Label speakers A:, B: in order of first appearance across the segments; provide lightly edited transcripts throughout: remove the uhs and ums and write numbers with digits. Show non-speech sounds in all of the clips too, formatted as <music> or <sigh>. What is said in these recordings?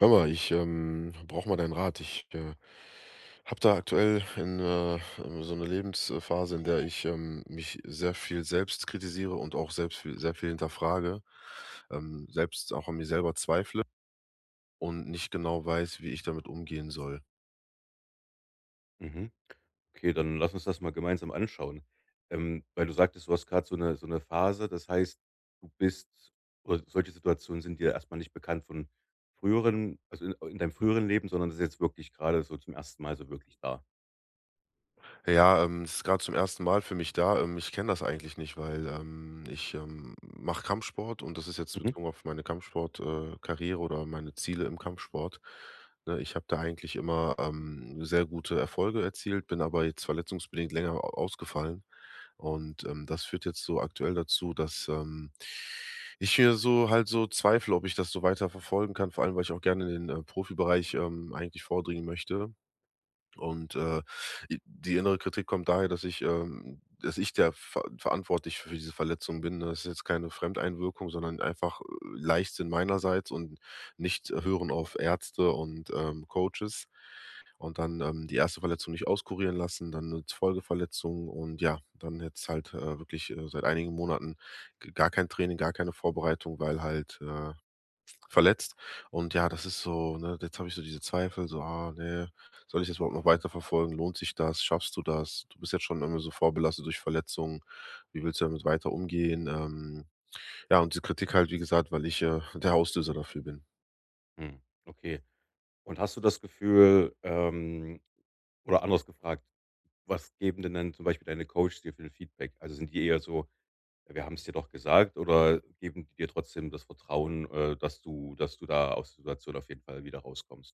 A: Hör mal, ich brauche mal deinen Rat. Ich habe da aktuell in so eine Lebensphase, in der ich mich sehr viel selbst kritisiere und auch selbst sehr viel hinterfrage, selbst auch an mir selber zweifle und nicht genau weiß, wie ich damit umgehen soll.
B: Mhm. Okay, dann lass uns das mal gemeinsam anschauen. Weil du sagtest, du hast gerade so eine Phase, das heißt, du bist oder solche Situationen sind dir erstmal nicht bekannt von früheren also, in deinem früheren Leben, sondern das ist jetzt wirklich gerade so zum ersten Mal so wirklich da.
A: Ja, es ist gerade zum ersten Mal für mich da. Ich kenne das eigentlich nicht, weil, ich, mache Kampfsport, und das ist jetzt
B: Mhm.
A: bezogen auf meine Kampfsportkarriere Karriere oder meine Ziele im Kampfsport. Ne, ich habe da eigentlich immer, sehr gute Erfolge erzielt, bin aber jetzt verletzungsbedingt länger au ausgefallen, und, das führt jetzt so aktuell dazu, dass, ich mir so halt so zweifle, ob ich das so weiter verfolgen kann, vor allem, weil ich auch gerne in den, Profibereich, eigentlich vordringen möchte. Und, i Die innere Kritik kommt daher, dass ich der ver verantwortlich für diese Verletzung bin, ne? Das ist jetzt keine Fremdeinwirkung, sondern einfach, Leichtsinn meinerseits und nicht Hören auf Ärzte und, Coaches. Und dann, die erste Verletzung nicht auskurieren lassen, dann eine Folgeverletzung, und ja, dann jetzt halt, wirklich, seit einigen Monaten g gar kein Training, gar keine Vorbereitung, weil halt, verletzt. Und ja, das ist so, ne, jetzt habe ich so diese Zweifel, so, ne, soll ich das überhaupt noch weiterverfolgen? Lohnt sich das? Schaffst du das? Du bist jetzt schon immer so vorbelastet durch Verletzungen. Wie willst du damit weiter umgehen? Ja, und die Kritik halt, wie gesagt, weil ich der Auslöser dafür bin.
B: Hm, okay. Und hast du das Gefühl, oder anders gefragt, was geben denn dann zum Beispiel deine Coaches dir für 'n Feedback? Also, sind die eher so: „Ja, wir haben es dir doch gesagt", oder geben die dir trotzdem das Vertrauen, dass du da aus der Situation auf jeden Fall wieder rauskommst?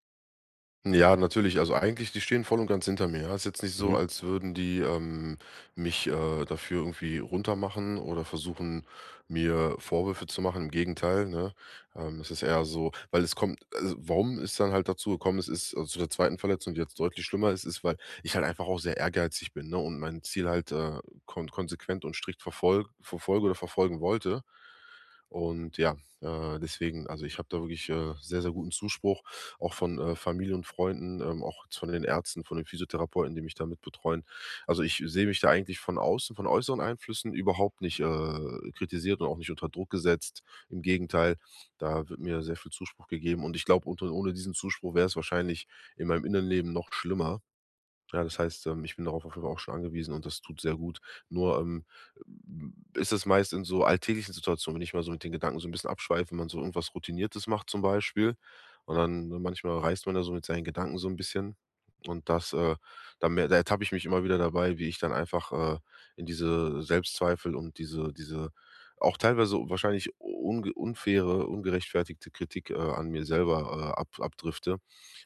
A: Ja, natürlich. Also eigentlich, die stehen voll und ganz hinter mir. Ja. Ist jetzt nicht so,
B: Mhm,
A: als würden die mich dafür irgendwie runtermachen oder versuchen, mir Vorwürfe zu machen. Im Gegenteil, ne? Es ist eher so, weil es kommt, also warum es dann halt dazu gekommen ist, ist also zu der zweiten Verletzung, die jetzt deutlich schlimmer ist, ist, weil ich halt einfach auch sehr ehrgeizig bin, ne? Und mein Ziel halt konsequent und strikt verfolge oder verfolgen wollte. Und ja, deswegen, also ich habe da wirklich sehr, sehr guten Zuspruch, auch von Familie und Freunden, auch jetzt von den Ärzten, von den Physiotherapeuten, die mich da mitbetreuen. Also ich sehe mich da eigentlich von außen, von äußeren Einflüssen überhaupt nicht kritisiert und auch nicht unter Druck gesetzt. Im Gegenteil, da wird mir sehr viel Zuspruch gegeben. Und ich glaube, ohne diesen Zuspruch wäre es wahrscheinlich in meinem inneren Leben noch schlimmer. Ja, das heißt, ich bin darauf auf jeden Fall auch schon angewiesen, und das tut sehr gut. Nur, ist es meist in so alltäglichen Situationen, wenn ich mal so mit den Gedanken so ein bisschen abschweife, wenn man so irgendwas Routiniertes macht zum Beispiel, und dann ne, manchmal reist man da so mit seinen Gedanken so ein bisschen, und das, da mer da ertappe ich mich immer wieder dabei, wie ich dann einfach, in diese Selbstzweifel und diese auch teilweise wahrscheinlich unge unfaire, ungerechtfertigte Kritik, an mir selber, ab abdrifte.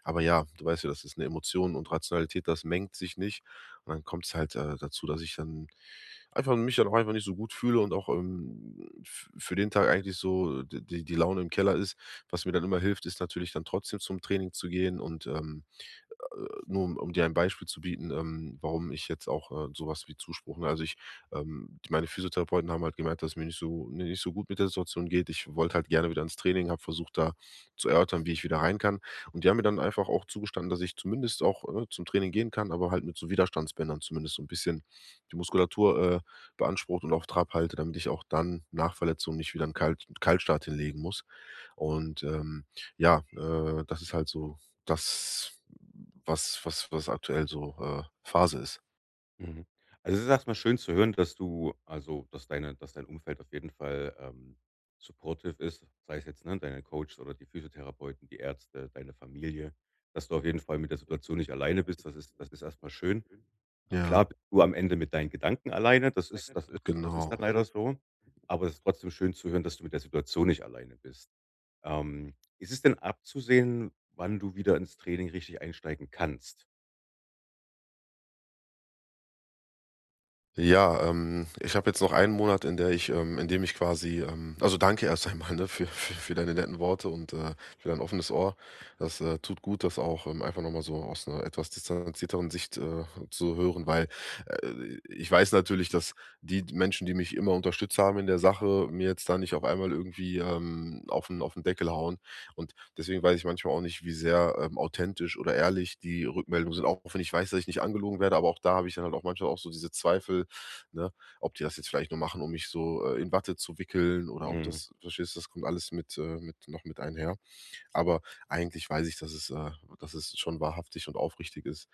A: Aber ja, du weißt ja, das ist eine Emotion, und Rationalität, das mengt sich nicht. Und dann kommt es halt, dazu, dass ich dann einfach mich dann auch einfach nicht so gut fühle und auch, f für den Tag eigentlich so d die die Laune im Keller ist. Was mir dann immer hilft, ist natürlich dann trotzdem zum Training zu gehen und, nur um dir ein Beispiel zu bieten, warum ich jetzt auch, so wie Zuspruch ne, also ich die meine Physiotherapeuten haben halt gemerkt, dass es mir nicht so gut mit der Situation geht. Ich wollte halt gerne wieder ins Training, habe versucht, da zu erörtern, wie ich wieder rein kann. Und die haben mir dann einfach auch zugestanden, dass ich zumindest auch, ne, zum Training gehen kann, aber halt mit so Widerstandsbändern zumindest so ein bisschen die Muskulatur, beansprucht und auf Trab halte, damit ich auch dann nach Verletzung nicht wieder 'n Kaltstart hinlegen muss. Und, ja, das ist halt so das, was aktuell so, Phase ist.
B: mhm. Also, es ist erstmal schön zu hören, dass du also, dass dein Umfeld auf jeden Fall, supportive ist, sei es jetzt, ne, deine Coaches oder die Physiotherapeuten, die Ärzte, deine Familie, dass du auf jeden Fall mit der Situation nicht alleine bist. Das ist erstmal schön.
A: Ja,
B: Klar bist du am Ende mit deinen Gedanken alleine, das ist das ist das ist dann
A: genau.
B: leider so, aber es ist trotzdem schön zu hören, dass du mit der Situation nicht alleine bist. Ist es denn abzusehen, wann du wieder ins Training richtig einsteigen kannst?
A: Ja, ich habe jetzt noch einen Monat, in dem ich quasi, also danke erst einmal, ne, für deine netten Worte und für dein offenes Ohr. Das tut gut, das auch einfach nochmal so aus einer etwas distanzierteren Sicht zu hören, weil ich weiß natürlich, dass die Menschen, die mich immer unterstützt haben in der Sache, mir jetzt da nicht auf einmal irgendwie auf den Deckel hauen. Und deswegen weiß ich manchmal auch nicht, wie sehr authentisch oder ehrlich die Rückmeldungen sind, auch wenn ich weiß, dass ich nicht angelogen werde, aber auch da habe ich dann halt auch manchmal auch so diese Zweifel, ne? Ob die das jetzt vielleicht nur machen, um mich so, in Watte zu wickeln, oder ob
B: Mhm.
A: das, verstehst du, das kommt alles mit noch mit einher. Aber eigentlich weiß ich, dass es schon wahrhaftig und aufrichtig ist.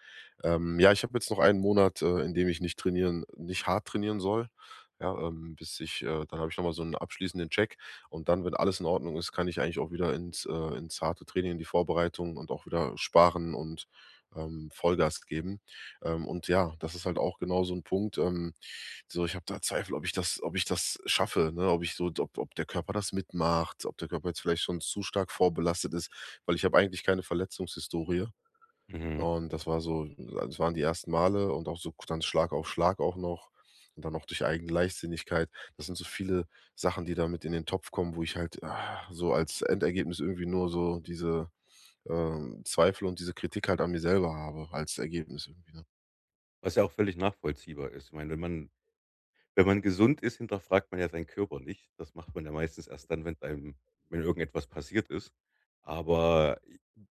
A: Ja, ich habe jetzt noch einen Monat, in dem ich nicht hart trainieren soll, ja, bis ich dann habe ich noch mal so einen abschließenden Check, und dann, wenn alles in Ordnung ist, kann ich eigentlich auch wieder ins harte Training, in die Vorbereitung und auch wieder sparen und, Vollgas geben. Und ja, das ist halt auch genau so ein Punkt, so, ich habe da Zweifel, ob ich das schaffe, ne? Ob ich so ob der Körper das mitmacht, ob der Körper jetzt vielleicht schon zu stark vorbelastet ist, weil ich habe eigentlich keine Verletzungshistorie.
B: Mhm. Mhm.
A: Und das war so, das waren die ersten Male, und auch so dann Schlag auf Schlag auch noch, und dann auch durch eigene Leichtsinnigkeit. Das sind so viele Sachen, die da mit in den Topf kommen, wo ich halt, so als Endergebnis irgendwie nur so diese, Zweifel und diese Kritik halt an mir selber habe als Ergebnis irgendwie, ne?
B: Was ja auch völlig nachvollziehbar ist. Ich meine, wenn man gesund ist, hinterfragt man ja seinen Körper nicht. Das macht man ja meistens erst dann, wenn einem wenn irgendetwas passiert ist. Aber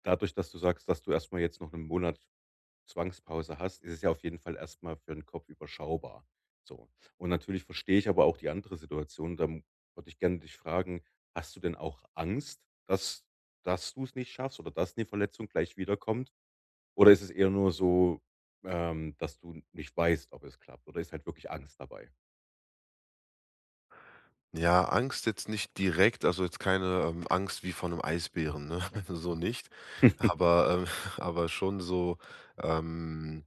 B: dadurch, dass du sagst, dass du erstmal jetzt noch einen Monat Zwangspause hast, ist es ja auf jeden Fall erstmal für den Kopf überschaubar, so. Und natürlich verstehe ich aber auch die andere Situation. Da m Würde ich gerne dich fragen, hast du denn auch Angst, dass du es nicht schaffst oder dass 'ne Verletzung gleich wiederkommt? Oder ist es eher nur so, dass du nicht weißt, ob es klappt, oder ist halt wirklich Angst dabei?
A: Ja, Angst jetzt nicht direkt, also jetzt keine, Angst wie von einem Eisbären, ne? <laughs> So nicht.
B: <laughs>
A: Aber, <laughs> aber schon so, ähm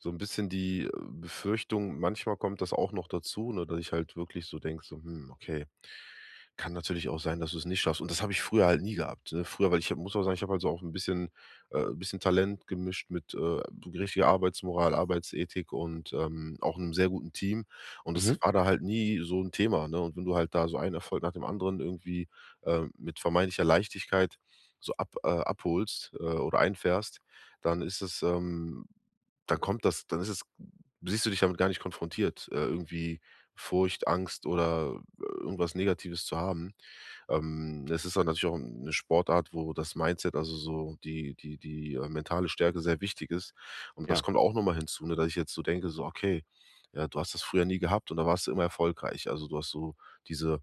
A: so ein bisschen die, Befürchtung, manchmal kommt das auch noch dazu, ne, dass ich halt wirklich so denke so: „Hm, okay, kann natürlich auch sein, dass du es nicht schaffst.“ Und das habe ich früher halt nie gehabt, ne? Früher weil Ich habe, muss auch sagen, ich habe halt so auch ein bisschen Talent gemischt mit, richtiger Arbeitsmoral, Arbeitsethik und, auch einem sehr guten Team. Und das
B: Mhm,
A: war da halt nie so ein Thema, ne? Und wenn du halt da so einen Erfolg nach dem anderen irgendwie, mit vermeintlicher Leichtigkeit so ab abholst, oder einfährst, dann ist es, dann kommt das dann ist es, siehst du dich damit gar nicht konfrontiert. Irgendwie Furcht, Angst oder irgendwas Negatives zu haben. Es ist dann natürlich auch eine Sportart, wo das Mindset, also so die, mentale Stärke sehr wichtig ist. Und das
B: ja.
A: kommt auch nochmal hinzu, ne, dass ich jetzt so denke, so: „Okay, ja, du hast das früher nie gehabt, und da warst du immer erfolgreich.“ Also, du hast so diese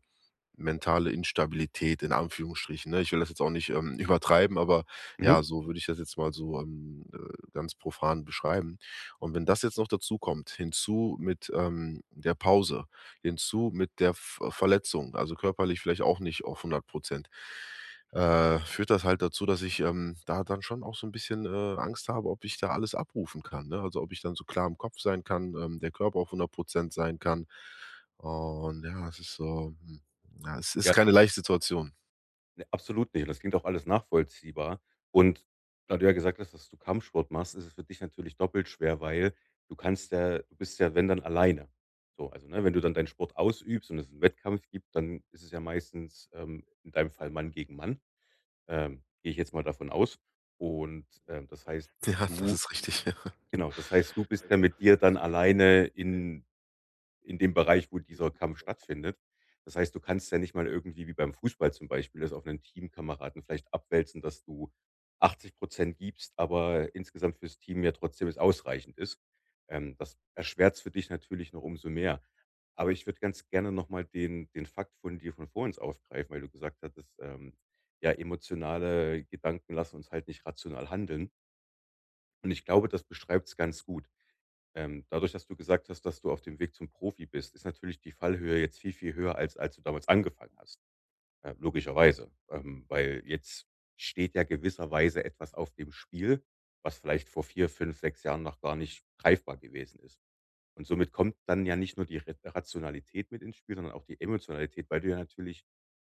A: mentale Instabilität in Anführungsstrichen, ne? Ich will das jetzt auch nicht, <laughs> übertreiben, aber
B: Mhm.
A: ja, so würde ich das jetzt mal so, ganz profan beschreiben. Und wenn das jetzt noch dazu kommt hinzu mit, der Pause, hinzu mit der Verletzung, also körperlich vielleicht auch nicht auf 100, führt das halt dazu, dass ich, da dann schon auch so ein bisschen, Angst habe, ob ich da alles abrufen kann, ne? Also, ob ich dann so klar im Kopf sein kann, der Körper auf 100 sein kann. Und ja, es ist so hm. Ja, es ist
B: Ja.
A: keine leichte Situation.
B: Ne, absolut nicht. Und das klingt auch alles nachvollziehbar. Und da du ja gesagt hast, dass du Kampfsport machst, ist es für dich natürlich doppelt schwer, weil du kannst ja du bist ja, wenn dann alleine. So, also, ne, wenn du dann deinen Sport ausübst und es einen Wettkampf gibt, dann ist es ja meistens, in deinem Fall Mann gegen Mann, gehe ich jetzt mal davon aus. Und, das heißt,
A: <laughs> Ja, das
B: du
A: ist richtig. <laughs>
B: genau, das heißt, du bist ja mit dir dann alleine in dem Bereich, wo dieser Kampf stattfindet. Das heißt, du kannst ja nicht mal irgendwie wie beim Fußball zum Beispiel das auf einen Teamkameraden vielleicht abwälzen, dass du 80 gibst, aber insgesamt fürs Team ja trotzdem es ausreichend ist. Das erschwert es für dich natürlich noch umso mehr. Aber ich würde ganz gerne noch mal den Fakt von dir von vorhin aufgreifen, weil du gesagt hattest, ja, emotionale Gedanken lassen uns halt nicht rational handeln. Und ich glaube, das beschreibt es ganz gut. Dadurch, dass du gesagt hast, dass du auf dem Weg zum Profi bist, ist natürlich die Fallhöhe jetzt viel, viel höher, als du damals angefangen hast, logischerweise. Weil jetzt steht ja gewisserweise etwas auf dem Spiel, was vielleicht vor 4, 5, 6 Jahren noch gar nicht greifbar gewesen ist. Und somit kommt dann ja nicht nur die Rationalität mit ins Spiel, sondern auch die Emotionalität, weil du ja natürlich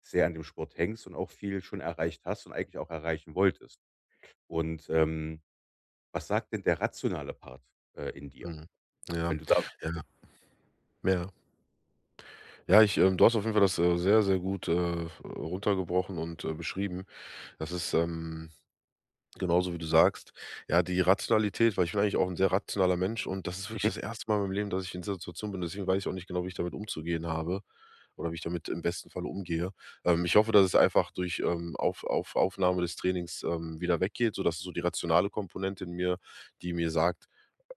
B: sehr an dem Sport hängst und auch viel schon erreicht hast und eigentlich auch erreichen wolltest. Und was sagt denn der rationale Part in dir?
A: Mhm. Ja,
B: Wenn du da.
A: ja, ja. Ja, du hast auf jeden Fall das, sehr, sehr gut, runtergebrochen und, beschrieben. Das ist, genauso wie du sagst. Ja, die Rationalität, weil ich bin eigentlich auch ein sehr rationaler Mensch, und das ist wirklich das erste Mal in meinem Leben, dass ich in dieser Situation bin, deswegen weiß ich auch nicht genau, wie ich damit umzugehen habe, oder wie ich damit im besten Fall umgehe. Ich hoffe, dass es einfach durch auf Aufnahme des Trainings wieder weggeht, sodass so die rationale Komponente in mir, die mir sagt,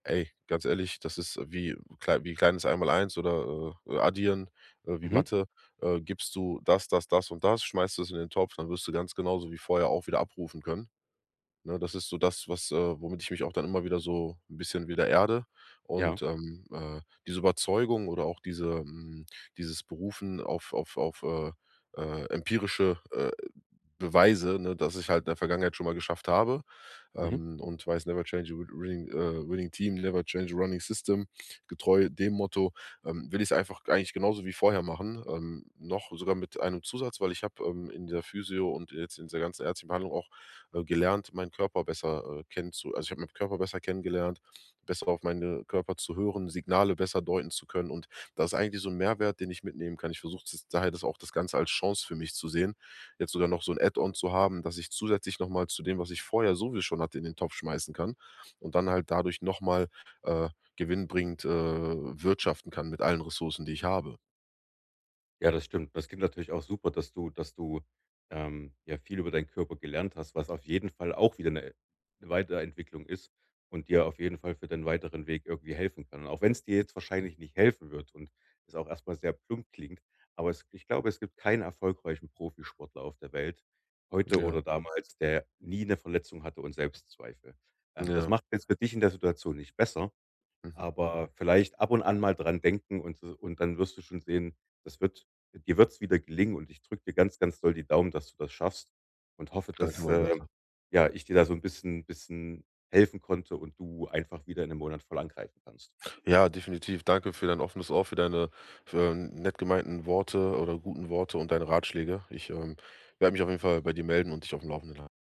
A: ey, ganz ehrlich, das ist wie, kleines Einmaleins oder Addieren, wie
B: Mhm.
A: Mathe, gibst du das, das, das und das, schmeißt es in den Topf, dann wirst du ganz genauso wie vorher auch wieder abrufen können. Ne, das ist so das, was womit ich mich auch dann immer wieder so ein bisschen wieder erde
B: Ja.
A: und, diese Überzeugung oder auch diese hm, dieses Berufen auf, empirische, Beweise, ne, dass ich halt in der Vergangenheit schon mal geschafft habe,
B: Mhm.
A: und weiß: „Never change a winning winning team, never change a running system.“ Getreu dem Motto, will ich's einfach eigentlich genauso wie vorher machen, noch sogar mit einem Zusatz, weil ich habe, in der Physio und jetzt in der ganzen ärztlichen Behandlung auch gelernt, meinen Körper besser, kennen zu, also, ich habe meinen Körper besser kennengelernt, besser auf meine Körper zu hören, Signale besser deuten zu können, und das ist eigentlich so ein Mehrwert, den ich mitnehmen kann. Ich versuche das daher das auch das Ganze als Chance für mich zu sehen, jetzt sogar noch so ein Add-on zu haben, dass ich zusätzlich noch mal zu dem, was ich vorher sowieso schon hatte, in den Topf schmeißen kann, und dann halt dadurch noch mal, äh, gewinnbringend, wirtschaften kann mit allen Ressourcen, die ich habe.
B: Ja, das stimmt. Das klingt natürlich auch super, dass du, ja, viel über deinen Körper gelernt hast, was auf jeden Fall auch wieder eine 'ne Weiterentwicklung ist und dir auf jeden Fall für deinen weiteren Weg irgendwie helfen kann. Und auch wenn es dir jetzt wahrscheinlich nicht helfen wird und es auch erstmal sehr plump klingt, aber es ich glaube, es gibt keinen erfolgreichen Profisportler auf der Welt, heute
A: Ja,
B: oder Mhm. damals, der nie eine Verletzung hatte und Selbstzweifel. Das
A: ja,
B: macht jetzt für dich in der Situation nicht besser,
A: mhm.
B: aber vielleicht ab und an mal dran denken und s und dann wirst du schon sehen, das wird dir wird's wieder gelingen, und ich drücke dir ganz, ganz doll die Daumen, dass du das schaffst und hoffe,
A: Danke,
B: dass,
A: mein Bester.
B: ja, ich dir da so ein bisschen helfen konnte und du einfach wieder in 'nem Monat voll angreifen kannst.
A: Ja, definitiv. Danke für dein offenes Ohr, für deine für nett gemeinten Worte oder guten Worte und deine Ratschläge. Ich werde mich auf jeden Fall bei dir melden und dich auf dem Laufenden halten.